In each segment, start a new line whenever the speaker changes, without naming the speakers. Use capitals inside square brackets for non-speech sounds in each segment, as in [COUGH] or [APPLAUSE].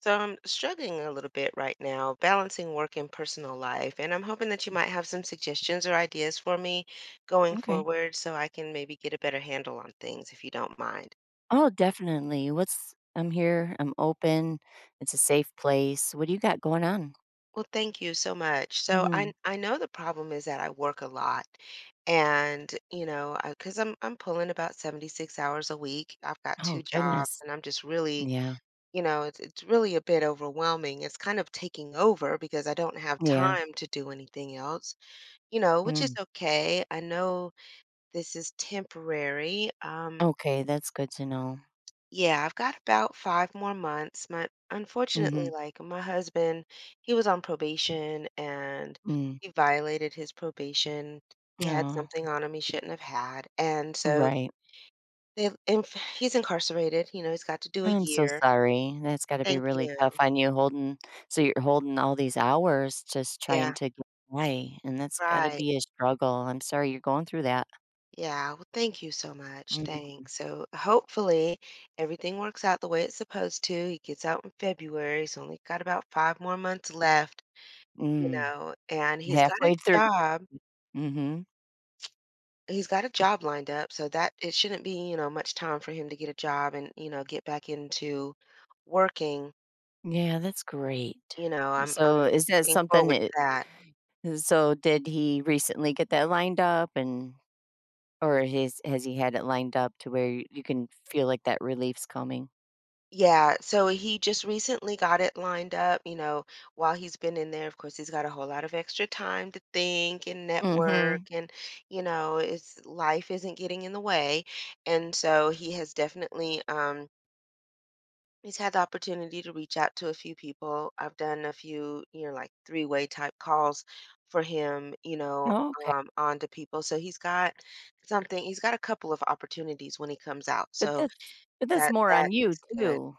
So I'm struggling a little bit right now, balancing work and personal life, and I'm hoping that you might have some suggestions or ideas for me going
Okay.
forward so I can maybe get a better handle on things if you don't mind.
Oh, definitely. What's I'm here, I'm open. It's a safe place. What do you got going on?
Well, thank you so much. So I
Mhm.
I know the problem is that I work a lot and, because 'cause I'm pulling about 76 hours a week. I've got two
Oh,
jobs
goodness.
and I'm just really,
Yeah.
it's really a bit overwhelming. It's kind of taking over because I don't have
Yeah.
time to do anything else, which is
Mm.
okay. I know this is temporary.
Okay, that's good to know.
Yeah, I've got about 5 more months. My unfortunately,
Mhm.
like my husband, he was on probation and
Mm.
he violated his probation. He had
Oh,
something on him he shouldn't have had, and so
right.
he's incarcerated. You know, he's got to do a
I'm so
year.
sorry. That's got to be
Thank
really tough
you.
on you holding so you're holding all these hours just trying
Yeah,
to get by, and that's got to
right.
be a struggle. I'm sorry you're going through that.
Yeah, well, thank you so much.
Mhm.
Thanks. So hopefully everything works out the way it's supposed to. He gets out in February. He's only got about five more months left, you
Mm.
know, and he's got
Halfway
a
through.
job.
Mhm.
He's got a job lined up, so that it shouldn't be, you know, much time for him to get a job and, you know, get back into working.
Yeah, that's great.
You know, I'm
So,
I'm
is that
looking
something
forward to
that
that.
so did he recently get that lined up and or his has he had it lined up to where you can feel like that relief's coming?
Yeah, so he just recently got it lined up, you know, while he's been in there. Of course, he's got a whole lot of extra time to think and network
Mhm.
and, you know, his life isn't getting in the way. And so he has definitely he's had the opportunity to reach out to a few people. I've done a few, you know, like three-way type calls for him, you know,
Okay.
on to people. So he's got something, he's got a couple of opportunities when he comes out.
But
So
that's but that's
that
more on you
that's good.
too.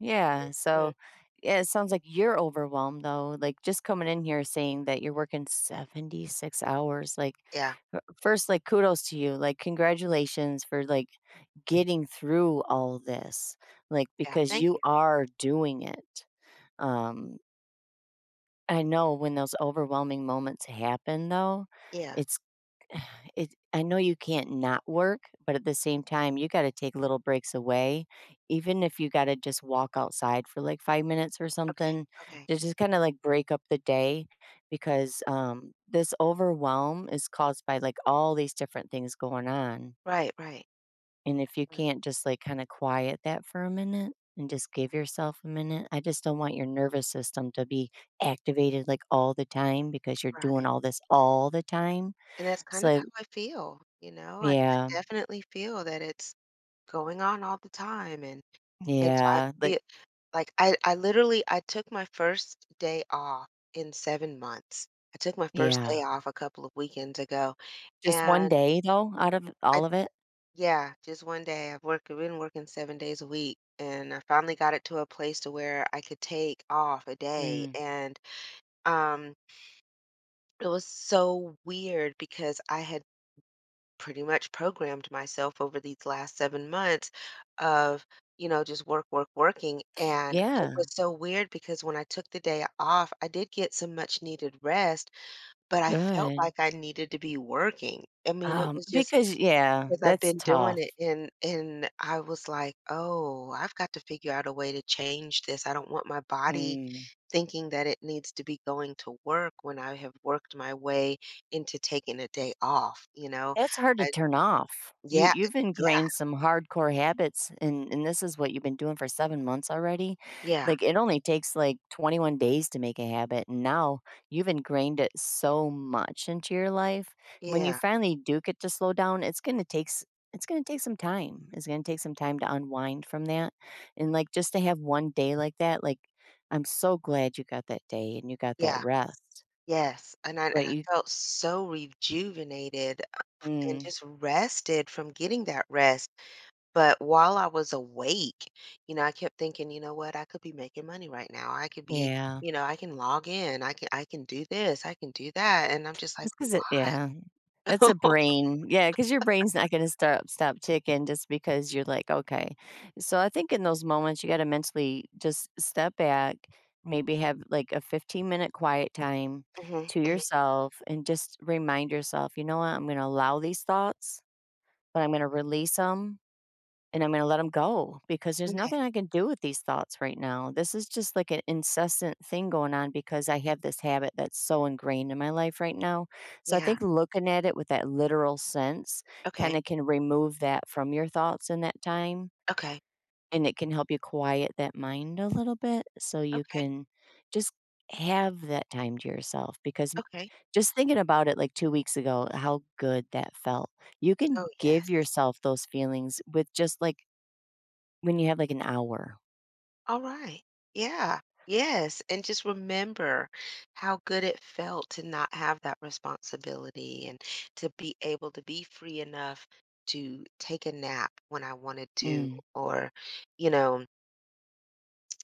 Yeah, so
Mm,
yeah, it sounds like you're overwhelmed though. Like just coming in here saying that you're working 76 hours, like
yeah.
first like kudos to you. Like congratulations for like getting through all this, like,
Yeah,
because
thank
you
you.
are doing it. Um, I know when those overwhelming moments happen, though,
Yeah.
it's [SIGHS] it. I know you can't not work, but at the same time, you got to take little breaks away, even if you got to just walk outside for like 5 minutes or
Okay.
something
Okay.
to just kind of like break up the day, because this overwhelm is caused by like all these different things going on.
Right, right.
And if you
R
can't just, like, kinda quiet that for a minute and just give yourself a minute, I just don't want your nervous system to be activated, like, all the time because you're doing
right.
all this all the time.
And that's kind of how
So
I feel, you know? I
yeah,
definitely feel that it's going on all the time, and so I
yeah, like
feel like I literally I took my first day off in 7 months. I took my first day
yeah.
off a couple of weekends ago,
Just 1
and
day though out of all
I
of it?
yeah, just 1 day. I've been working 7 days a week, and I finally got it to a place to where I could take off a day,
Mm.
and, um it was so weird because I had pretty much programmed myself over these last 7 months of, you know, just working, and it
Yeah,
was so weird because when I took the day off, I did get some much needed rest, but I felt
good.
like I needed to be working. I mean, it was just
Because yeah,
because 'cause I've
that's
been doing
tough.
it and I was like, "Oh, I've got to figure out a way to change this. I don't want my body
Mm.
thinking that it needs to be going to work when I have worked my way into taking a day off, you know?"
That's hard to
I
turn off. You
yeah,
you've
yeah,
ingrained some hardcore habits and this is what you've been doing for 7 months already.
yeah,
Like, it only takes, like, 21 days to make a habit, and now you've ingrained it so much into your life. When you
yeah,
finally do get to slow down, it's gonna take some time. It's gonna take some time to unwind from that, and, like, just to have 1 day like that, like, I'm so glad you got that day and you got that
yeah,
rest,
Yes. And I and
but
I
you
felt so rejuvenated and
Mm,
just rested from getting that rest. But while I was awake, you know, I kept thinking, you know what, I could be making money right now. I could be,
yeah.
you know, I can log in. I can do this. I can do that. And I'm just like,
because it
why?
Yeah. That's a
[LAUGHS]
brain yeah, because your brain's not gonna stop ticking just because you're like, "Okay." So, I think in those moments, you gotta mentally just step back, maybe have, like, a 15-minute quiet time
Mhm,
to
mhm.
yourself and just remind yourself, "You know what? I'm gonna allow these thoughts, but I'm gonna release them. And I'm gonna let them go because there's
Okay.
nothing I can do with these thoughts right now. This is just like an incessant thing going on because I have this habit that's so ingrained in my life right now. So I
Yeah.
think looking at it with that literal sense
Okay.
kinda can remove that from your thoughts in that time,
Okay,
and it can help you quiet that mind a little bit so you
okay,
can just have that time to yourself because
okay.
just thinking about it, like, 2 weeks ago, how good that felt. You
Oh,
can give
yes.
yourself those feelings with just, like, when you have, like, an hour.
All right. Yeah. Yes, and just remember how good it felt to not have that responsibility and to be able to be free enough to take a nap when I wanted to
Mm.
or, you know,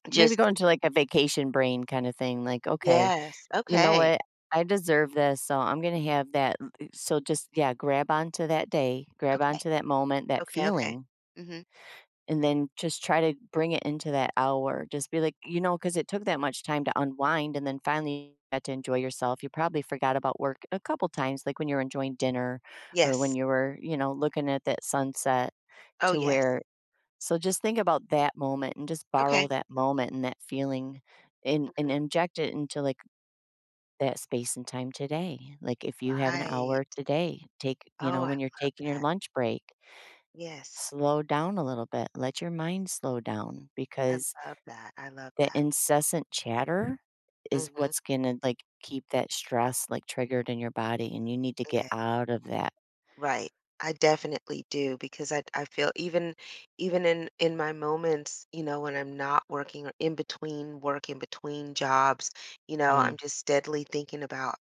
Maybe go
just
into, like, a vacation brain kinda thing, like, "Okay,
yes.
you know
Okay.
what? I deserve this, so I'm gonna have that." L eh so just yeah, grab onto that day, grab
Okay.
onto that moment, that
Okay, okay.
feeling,
Mhm.
and then just try to bring it into that hour. Just be like, you know, because it took that much time to unwind, and then finally you got to enjoy yourself. You probably forgot about work a couple times, like when you were enjoying dinner or when
Yes.
you were, you know, looking at that sunset
Oh,
to
yes.
where. So just think about that moment and just borrow
Okay.
that moment and that feeling and
Mm,
inject it into like that space and time today. Like if you have an
right.
hour today, take, you
Oh,
know,
I
when you're
love
taking your
that.
lunch break,
Yes.
slow down a little bit. Let your mind slow down
I
because
love that. I love
the
that.
incessant chatter is
Mhm.
what's going to like keep that stress like triggered in your body and you need to get
Okay.
out of that.
Right. I definitely do because I feel even even in my moments, you know, when I'm not working or in between work, in between jobs, you know,
Mm,
I'm just steadily thinking about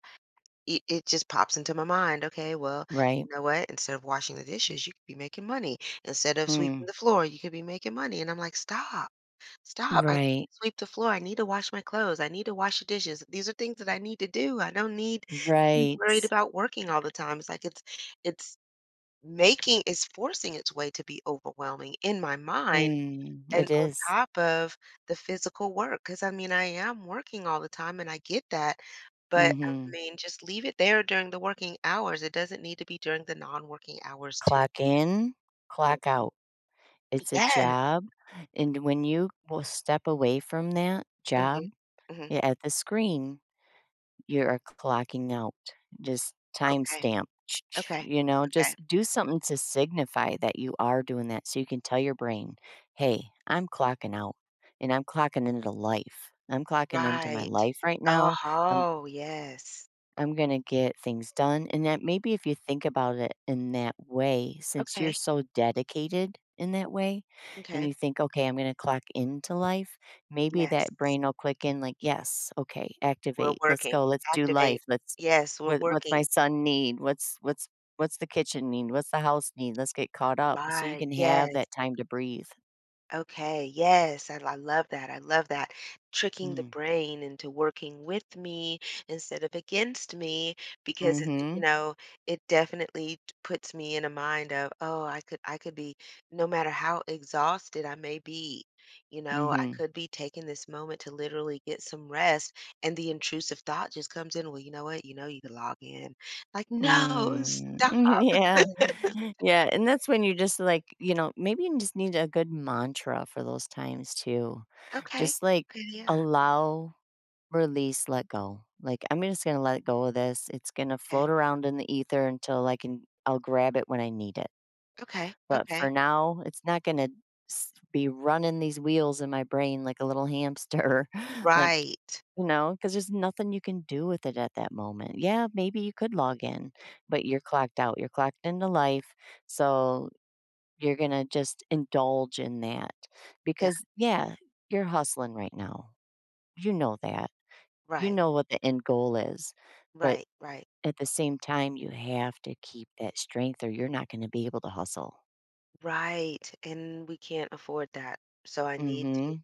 it, it just pops into my mind, okay, well,
right?
you know what? Instead of washing the dishes, you could be making money. Instead of
Mm,
sweeping the floor, you could be making money. And I'm like, stop. I need
right.
to sweep the floor. I need to wash my clothes. I need to wash the dishes. These are things that I need to do. I don't need to be
Right.
worried about working all the time. It's like it's Making is forcing its way to be overwhelming in my mind
Mm,
and
it
on
is.
top of the physical work. Because I mean, I am working all the time, and I get that, but, I
Mhm.
mean, just leave it there during the working hours, it doesn't need to be during the non-working hours too.
Clock in,
Mm.
clock out. It's a
Yes.
job, and when you will step away from that job,
Mhm. Mhm.
you at the screen, you are clocking out. Just
Okay.
timestamp,
Okay.
you know,
Okay.
just do something to signify that you are doing that so you can tell your brain, "Hey, I'm clocking out, and I'm clocking into life. I'm clocking into my
Right.
life right now. I'm
Oh, yes.
I'm going to get things done." And that maybe if you think about it in that way, since you're
Okay.
so dedicated in that way, and
Okay.
you think, okay, I'm going to clock into life, maybe
Yes.
that brain will click in like, yes, okay,
We're
activate, let's
working.
go, let's do
Activate.
life, let's,
Yes, we're
what's my
working.
son need? What's the kitchen need? What's the house need? Let's get caught up so you
Right.
can have
Yes.
that time to breathe.
Okay, yes, I love that. I love that. Tricking the
Mm.
brain into working with me instead of against me because it, you
Mm-hmm.
know, it definitely puts me in a mind of, oh, I could be no matter how exhausted I may be, you know, I
Mm-hmm.
could be taking this moment to literally get some rest and the intrusive thought just comes in, well, you know what? You know you can log in. Like, no,
Mm, [LAUGHS]
stop.
yeah.
[LAUGHS]
Yeah, and that's when you just, like, you know, maybe you just need a good mantra for those times too.
Okay.
Just, like,
Okay, yeah.
allow, release, let go. Like, "I'm just gonna let go of this. It's gonna
Okay.
float around in the ether until I'll grab it when I need it.
Okay.
But
Okay.
for now, it's not gonna be running these wheels in my brain like a little hamster," [LAUGHS] like,
Right.
you know, because there's nothing you can do with it at that moment. Yeah, maybe you could log in, but you're clocked out, you're clocked into life, so you're gonna just indulge in that
Yeah,
because, yeah, you're hustling right now. You know that. You
right,
know what the end goal is, but
right, right,
at the same time, you have to keep that strength or you're not gonna be able to hustle.
right, and we can't afford that, so
Mhm.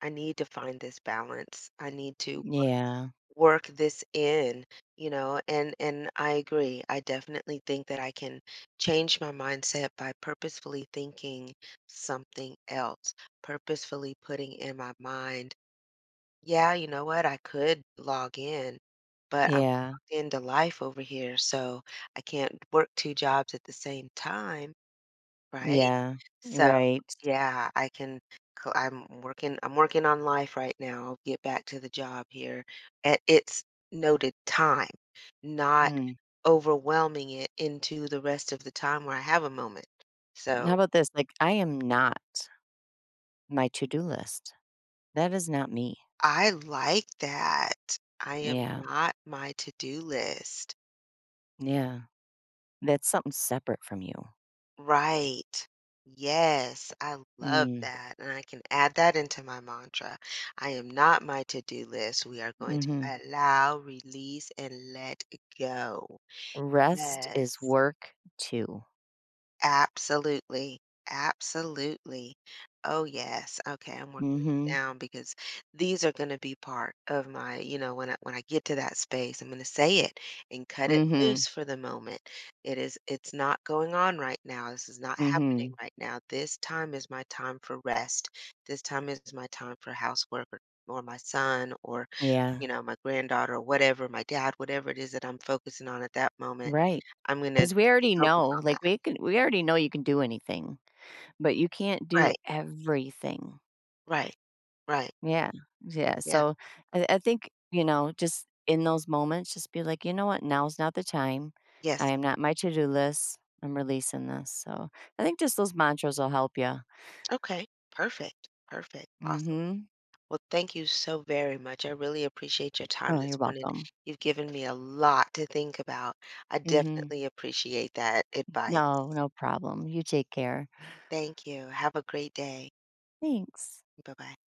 I need to find this balance. I need to
Yeah.
work this in, you know, and I agree. I definitely think that I can change my mindset by purposefully thinking something else, purposefully putting in my mind yeah, you know what? I could log in, but I'm
Yeah.
logged into life over here, so I can't work 2 jobs at the same time, right?
Yeah.
So,
Right.
yeah, I'm working on life right now. I'll get back to the job here at its noted time, not
Mm.
overwhelming it into the rest of the time where I have a moment.
How
So,
about this? Like, I am not my to-do list. That is not me.
I like that. I am
Yeah,
not my to-do list.
yeah. That's something separate from you.
Right. Yes, I love
Mm,
that, and I can add that into my mantra. I am not my to-do list. We are going to
mhm.
allow, release, and let go.
Rest is
Yes.
work too.
Absolutely. Absolutely. Oh, yes. Okay, I'm working these
Mhm,
down because these are gonna be part of my you know, when I get to that space, I'm gonna say it and cut it
mhm,
loose for the moment. It is it's not going on right now. This is not happening
mhm.
right now. This time is my time for rest. This time is my time for housework or my son or, you
Yeah,
know, my granddaughter or whatever, my dad, whatever it is that I'm focusing on at that moment,
Right.
I'm gonna
Because we already
focus
know,
on
like,
that.
we already know you can do anything, but you can't do
Right.
everything.
Right. Right.
Yeah, yeah.
Yeah.
So, I think, you know, just in those moments, just be like, "You know what? Now's not the time. I
Yes.
am not my to-do list. I'm releasing this." So, I think just those mantras will help you.
Okay. Perfect. Perfect. Awesome.
Mhm.
Well, thank you so very much. I really appreciate your time
Oh,
this
you're
morning.
welcome.
You've given me a lot to think about. I
Mhm.
definitely appreciate that advice.
No, no problem. You take care.
Thank you. Have a great day.
Thanks.
Bye bye.